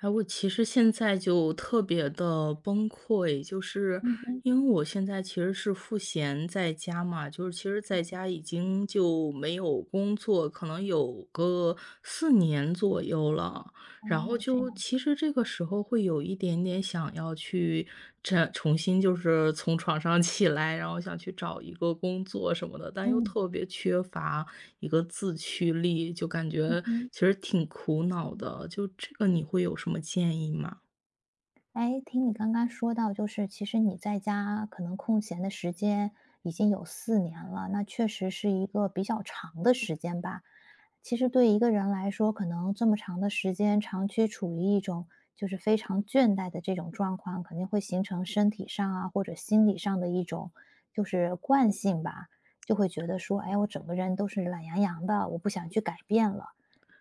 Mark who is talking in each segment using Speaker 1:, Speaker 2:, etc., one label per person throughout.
Speaker 1: 哎，我其实现在就特别的崩溃，就是
Speaker 2: 嗯哼。
Speaker 1: 因为我现在其实是赋闲在家嘛，就是其实在家已经就没有工作，可能有个四年左右了。
Speaker 2: 哦，
Speaker 1: 然后
Speaker 2: 这
Speaker 1: 就
Speaker 2: 样。
Speaker 1: 其实这个时候会有一点点想要去重新就是从床上 起来，然后想去找一个工作什么的，但又
Speaker 2: 嗯。
Speaker 1: 特别缺乏一个自驱力，就感
Speaker 2: 嗯
Speaker 1: 觉
Speaker 2: 哼。
Speaker 1: 其实挺苦恼的。就这个你会有什么建议吗？
Speaker 2: 诶，听你刚刚说到，就是其实你在家可能空闲的时间已经有四年了，那确实是一个比较长的时间吧。其实对一个人来说，可能这么长的时间，长期处于一种就是非常倦怠的这种状况，肯定会形成身体上啊，或者心理上的一种就是惯性吧。就会觉得说，哎，我整个人都是懒洋洋的，我不想去改变了。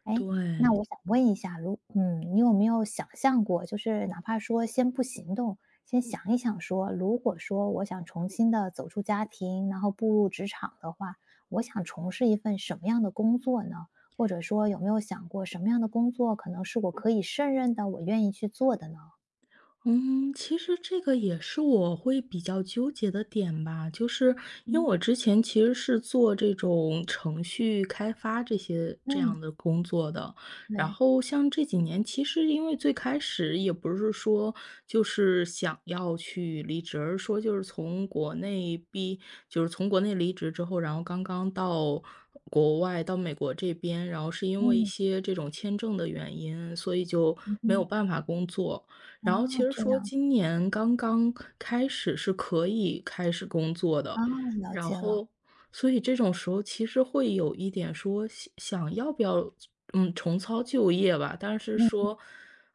Speaker 2: 哎，那
Speaker 1: 对。
Speaker 2: 我想问一下，你有没有想象过，就是哪怕说先不行动，先想一想说，如果说我想重新的走出家庭，然后步入职场的话，我想从事一份什么样的工作呢？或者说有没有想过什么样的工作可能是我可以胜任的，我愿意去做的呢？
Speaker 1: 嗯，其实这个也是我会比较纠结的点吧，就是因为
Speaker 2: 嗯
Speaker 1: 我之前其实是做这种程序开发这些这
Speaker 2: 嗯，
Speaker 1: 样的工作的，然
Speaker 2: 对。
Speaker 1: 后像这几年，其实因为最开始也不是说就是想要去离职，而是说就是从国内毕，就是从国内离职之后，然后刚刚到国外到美国这边，然后是因为一
Speaker 2: 嗯
Speaker 1: 些这种签证的原因，所以就
Speaker 2: 嗯
Speaker 1: 没有
Speaker 2: 哼，
Speaker 1: 办法工作。
Speaker 2: 哦，
Speaker 1: 然后其实
Speaker 2: 这
Speaker 1: 说
Speaker 2: 样。
Speaker 1: 今年刚刚开始是可以开始工作
Speaker 2: 哦，
Speaker 1: 的，
Speaker 2: 了
Speaker 1: 然
Speaker 2: 解了。
Speaker 1: 后所以这种时候其实会有一点说想想要不要重操旧业吧，但是
Speaker 2: 嗯。
Speaker 1: 说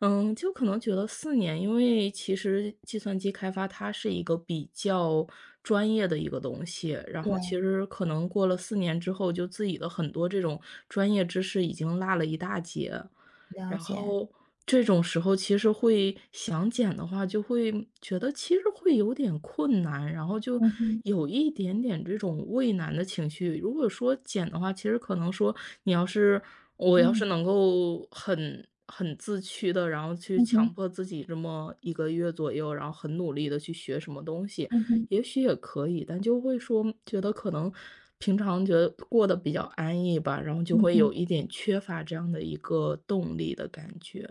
Speaker 1: 就可能觉得四年，因为其实计算机开发它是一个比较专业的一个东西，然后其
Speaker 2: 对。
Speaker 1: 实可能过了四年之后，就自己的很多这种专业知识已经落了一大截。
Speaker 2: 了
Speaker 1: 然
Speaker 2: 解。
Speaker 1: 后这种时候其实会想减的话，就会觉得其实会有点困难，然后就
Speaker 2: 嗯哼，
Speaker 1: 有一点点这种畏难的情绪。如果说减的话，其实可能说你要是我要是
Speaker 2: 嗯
Speaker 1: 能够很自驱的，然后去
Speaker 2: 嗯
Speaker 1: 强
Speaker 2: 哼，
Speaker 1: 迫自己这么一个月左右，然后很努力的去学什么东西，
Speaker 2: 嗯哼。
Speaker 1: 也许也可以，但就会说觉得可能平常觉得过得比较安逸吧，然后就
Speaker 2: 嗯
Speaker 1: 会有
Speaker 2: 哼。
Speaker 1: 一点缺乏这样的一个动力的感觉。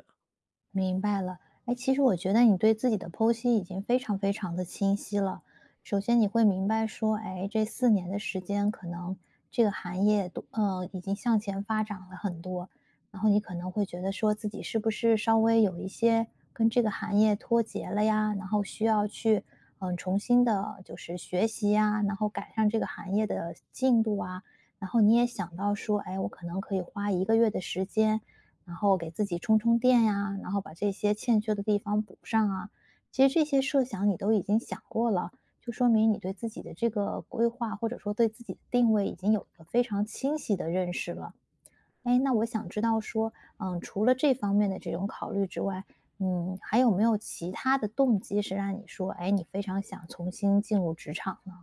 Speaker 2: 明白了。哎，其实我觉得你对自己的剖析已经非常非常的清晰了。首先，你会明白说，哎，这四年的时间，可能这个行业都已经向前发展了很多，然后你可能会觉得说自己是不是稍微有一些跟这个行业脱节了呀，然后需要去重新的就是学习呀，然后赶上这个行业的进度啊。然后你也想到说，哎，我可能可以花1个月的时间，然后给自己充充电呀，然后把这些欠缺的地方补上啊。其实这些设想你都已经想过了，就说明你对自己的这个规划，或者说对自己的定位已经有一个非常清晰的认识了。哎，那我想知道说，嗯，除了这方面的这种考虑之外，嗯，还有没有其他的动机是让你说，哎，你非常想重新进入职场呢？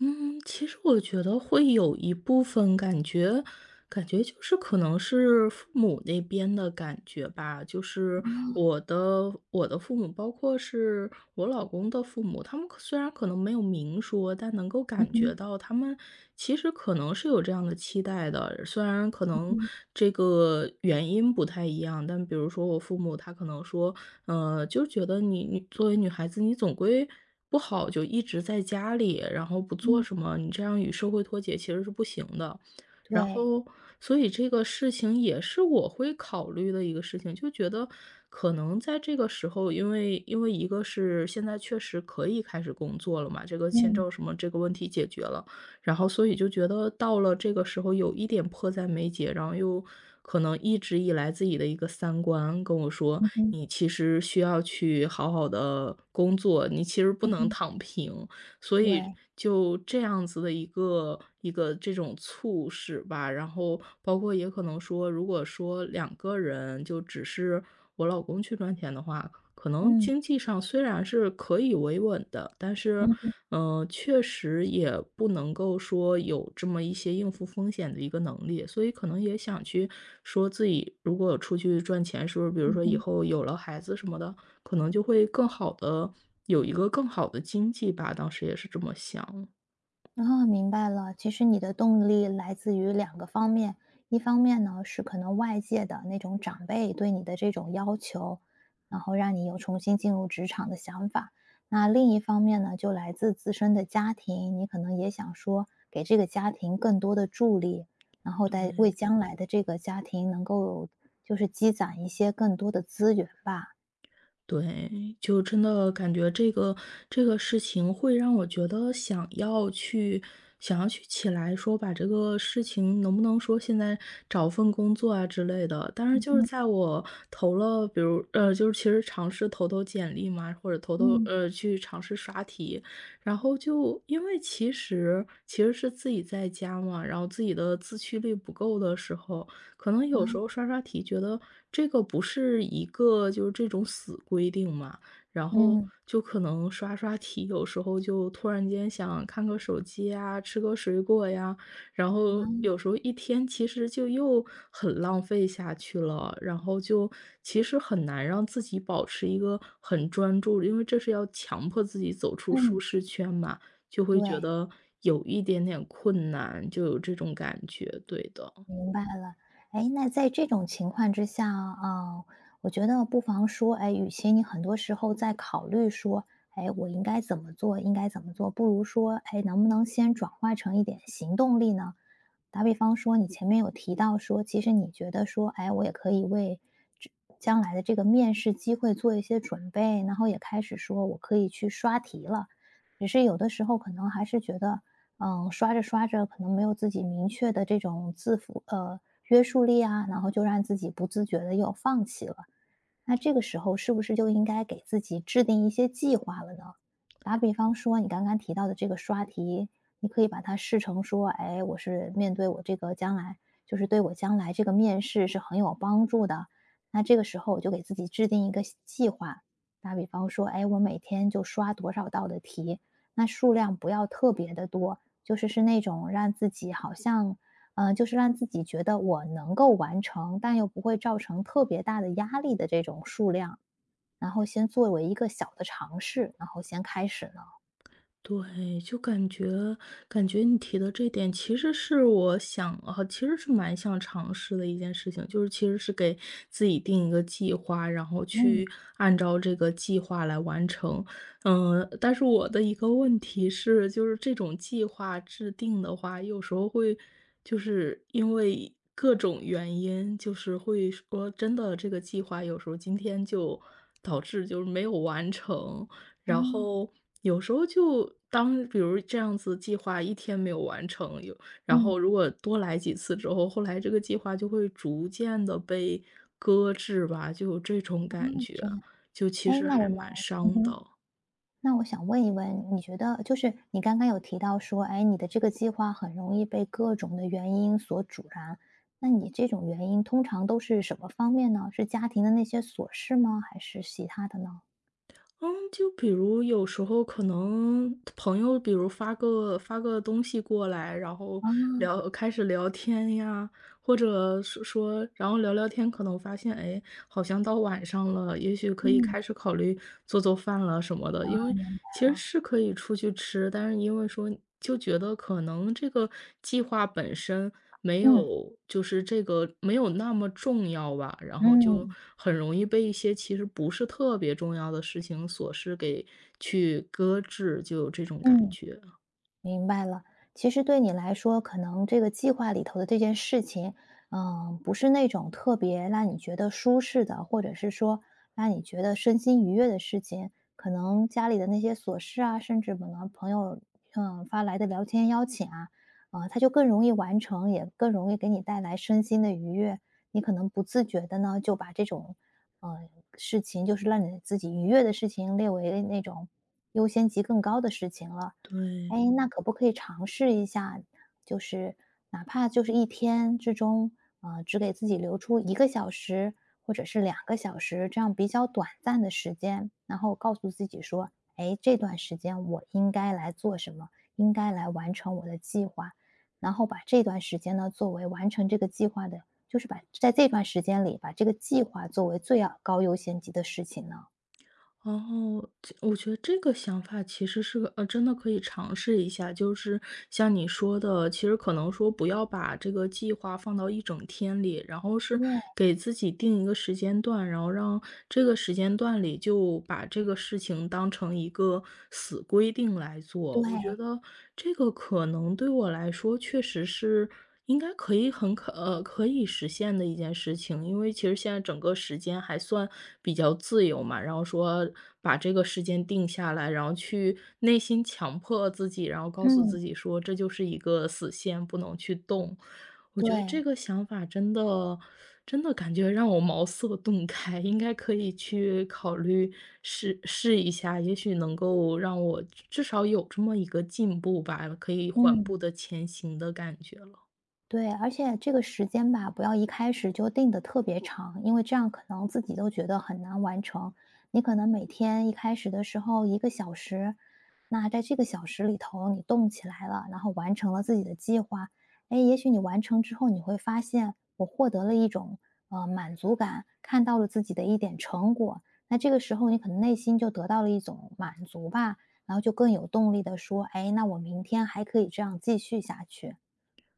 Speaker 1: 嗯，其实我觉得会有一部分感觉，感觉就是可能是父母那边的感觉吧。就是我的父母，包括是我老公的父母，他们虽然可能没有明说，但能够
Speaker 2: 嗯
Speaker 1: 感觉
Speaker 2: 哼。
Speaker 1: 到他们其实可能是有这样的期待的。虽然可能
Speaker 2: 嗯
Speaker 1: 这个原因不太一样，但比如说我父母，他可能说，就觉得你作为女孩子，你总归不好就一直在家里，然后不做
Speaker 2: 嗯
Speaker 1: 什么，你这样与社会脱节其实是不行的。然
Speaker 2: 对。
Speaker 1: 后，所以这个事情也是我会考虑的一个事情，就觉得可能在这个时候，因为一个是现在确实可以开始工作了嘛，这个签
Speaker 2: 嗯
Speaker 1: 证什么这个问题解决了，然后所以就觉得到了这个时候有一点迫在眉睫，然后又可能一直以来自己的一个三观跟我说，
Speaker 2: 嗯哼，
Speaker 1: 你其实需要去好好的工作，你其实不
Speaker 2: 嗯
Speaker 1: 能
Speaker 2: 哼。
Speaker 1: 躺平。所以
Speaker 2: 对。
Speaker 1: 就这样子的一个一个这种促使吧，然后包括也可能说，如果说2个人就只是我老公去赚钱的话，可能
Speaker 2: 嗯
Speaker 1: 经济上虽然是可以维稳的，但是，
Speaker 2: 嗯嗯
Speaker 1: 确实也不能够说有这么一些应付风险的一个能力，所以可能也想去说自己如果出去赚钱，是不是比如
Speaker 2: 嗯
Speaker 1: 说以
Speaker 2: 哼。
Speaker 1: 后有了孩子什么的，可能就会更好的。有一个更好的经济吧，当时也是这么想。
Speaker 2: 哦，明白了。其实你的动力来自于两个方面，一方面呢是可能外界的那种长辈对你的这种要求，然后让你有重新进入职场的想法；那另一方面呢，就来自自身的家庭，你可能也想说给这个家庭更多的助力，然后在为
Speaker 1: 对。
Speaker 2: 将来的这个家庭能够就是积攒一些更多的资源吧。
Speaker 1: 对，就真的感觉这个事情会让我觉得想要去起来说把这个事情能不能说现在找份工作啊之类的。但是就是
Speaker 2: 嗯
Speaker 1: 在我投了，比如就是其实尝试投投简历嘛，或者投投
Speaker 2: 嗯。
Speaker 1: 去尝试刷题，然后就因为其实是自己在家嘛，然后自己的自驱力不够的时候，可能
Speaker 2: 啊。
Speaker 1: 有时候刷刷题，觉得这个不是一个就是这种死规定嘛，然后
Speaker 2: 嗯。
Speaker 1: 就可能刷刷题，有时候就突然间想看个手机呀，吃个水果呀，然后
Speaker 2: 啊。
Speaker 1: 有时候一天其实就又很浪费下去了，然后就其实很难让自己保持一个很专注，因为这是要强迫自己走出舒
Speaker 2: 嗯。
Speaker 1: 适圈嘛，就会觉
Speaker 2: 对。
Speaker 1: 得有一点点困难，就有这种感觉，对的。
Speaker 2: 明白了。哎，那在这种情况之下，啊，我觉得不妨说，哎，与其你很多时候在考虑说，哎，我应该怎么做，应该怎么做，不如说，哎，能不能先转化成一点行动力呢？打比方说，你前面有提到说，其实你觉得说，哎，我也可以为这将来的这个面试机会做一些准备，然后也开始说我可以去刷题了。只是有的时候可能还是觉得，嗯，刷着刷着可能没有自己明确的这种约束力啊，然后就让自己不自觉的又放弃了。那这个时候是不是就应该给自己制定一些计划了呢？打比方说，你刚刚提到的这个刷题，你可以把它视成说，哎，我是面对我这个将来，就是对我将来这个面试是很有帮助的。那这个时候我就给自己制定一个计划，打比方说，哎，我每天就刷多少道的题，那数量不要特别的多，就是那种让自己好像，就是让自己觉得我能够完成，但又不会造成特别大的压力的这种数量，然后先作为一个小的尝试，然后先开始呢？
Speaker 1: 对，就感觉你提的这点其实是我想啊，其实是蛮想尝试的一件事情，就是其实是给自己定一个计划，然后
Speaker 2: 嗯。
Speaker 1: 去按照这个计划来完成。嗯，但是我的一个问题是，就是这种计划制定的话，有时候会就是因为各种原因，就是会说真的这个计划有时候今天就导致就是没有完成，
Speaker 2: 哦。
Speaker 1: 然后有时候就当比如这样子计划一天没有完成，然
Speaker 2: 嗯。
Speaker 1: 后如果多来几次之后，后来这个计划就会逐渐的被搁置吧，就有这种
Speaker 2: 哦，
Speaker 1: 感觉，
Speaker 2: 这样。
Speaker 1: 就
Speaker 2: 哎，
Speaker 1: 其实
Speaker 2: 那我
Speaker 1: 还
Speaker 2: 能
Speaker 1: 蛮
Speaker 2: 嗯
Speaker 1: 伤的。
Speaker 2: 哼，那我想问一问，你觉得就是你刚刚有提到说，哎，你的这个计划很容易被各种的原因所阻拦，那你这种原因通常都是什么方面呢？是家庭的那些琐事吗？还是其他的呢？
Speaker 1: 嗯，就比如有时候可能朋友，比如发个东西过来，然后
Speaker 2: 啊。
Speaker 1: 开始聊天呀，或者是说，然后聊聊天，可能发现，哎，好像到晚上了，也许可以
Speaker 2: 嗯，明
Speaker 1: 开始考虑做做饭了什么的。因为
Speaker 2: 白
Speaker 1: 其实
Speaker 2: 了。
Speaker 1: 是可以出去吃，但是因为说就觉得可能这个计划本身没
Speaker 2: 嗯。
Speaker 1: 有就是这个没有那么重要吧，然后就
Speaker 2: 嗯。
Speaker 1: 很容易被一些其实不是特别重要的事情琐事给去搁置，就有这种感
Speaker 2: 嗯。
Speaker 1: 觉，
Speaker 2: 明白了。其实对你来说，可能这个计划里头的这件事情，嗯，不是那种特别让你觉得舒适的，或者是说让你觉得身心愉悦的事情。可能家里的那些琐事啊，甚至可能朋友发来的聊天邀请啊，它就更容易完成，也更容易给你带来身心的愉悦。你可能不自觉的呢，就把这种呃事情，就是让你自己愉悦的事情列为那种优先级更高的事情了。哎，
Speaker 1: 对。
Speaker 2: 那可不可以尝试一下，就是哪怕就是一天之中，呃，只给自己留出一个小时或者是2个小时这样比较短暂的时间，然后告诉自己说，哎，这段时间我应该来做什么，应该来完成我的计划，然后把这段时间呢作为完成这个计划的，就是把在这段时间里把这个计划作为最高优先级的事情呢？
Speaker 1: 然后，我觉得这个想法其实是个真的可以尝试一下。就是像你说的，其实可能说不要把这个计划放到一整天里，然后是
Speaker 2: 对
Speaker 1: 给自己定一个时间段，然后让这个时间段里就把这个事情当成一个死规定来做。
Speaker 2: 对，
Speaker 1: 我觉得这个可能对我来说确实是。应该可以可以实现的一件事情，因为其实现在整个时间还算比较自由嘛，然后说把这个时间定下来，然后去内心强迫自己，然后告诉
Speaker 2: 嗯。
Speaker 1: 自己说这就是一个死线，不能去动。我觉得这
Speaker 2: 对。
Speaker 1: 个想法真的感觉让我茅塞顿开，应该可以去考虑试试一下，也许能够让我至少有这么一个进步吧，可以缓
Speaker 2: 嗯。
Speaker 1: 步的前行的感觉了，
Speaker 2: 对，而且这个时间吧，不要一开始就定的特别长，因为这样可能自己都觉得很难完成。你可能每天一开始的时候一个小时，那在这个小时里头你动起来了，然后完成了自己的计划，哎，也许你完成之后你会发现，我获得了一种满足感，看到了自己的一点成果，那这个时候你可能内心就得到了一种满足吧，然后就更有动力的说，哎，那我明天还可以这样继续下去。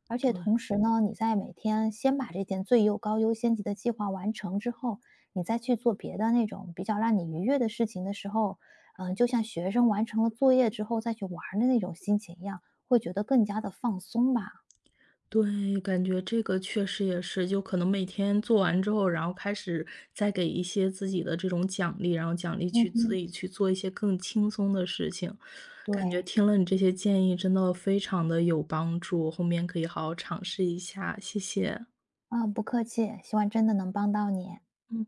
Speaker 2: 而且
Speaker 1: 对。
Speaker 2: 同时呢，你在每天先把这件最高优先级的计划完成之后，你再去做别的那种比较让你愉悦的事情的时候，就像学生完成了作业之后再去玩儿的那种心情一样，会觉得更加的放松吧。
Speaker 1: 对，感觉这个确实也是，就可能每天做完之后，然后开始再给一些自己的这种奖励，然后奖励
Speaker 2: 嗯
Speaker 1: 去自
Speaker 2: 哼。
Speaker 1: 己去做一些更轻松的事情。感觉
Speaker 2: 对。
Speaker 1: 听了你这些建议，真的非常的有帮助，后面可以好好尝试一下，谢谢。
Speaker 2: 啊，不客气，希望真的能帮到你。
Speaker 1: 嗯。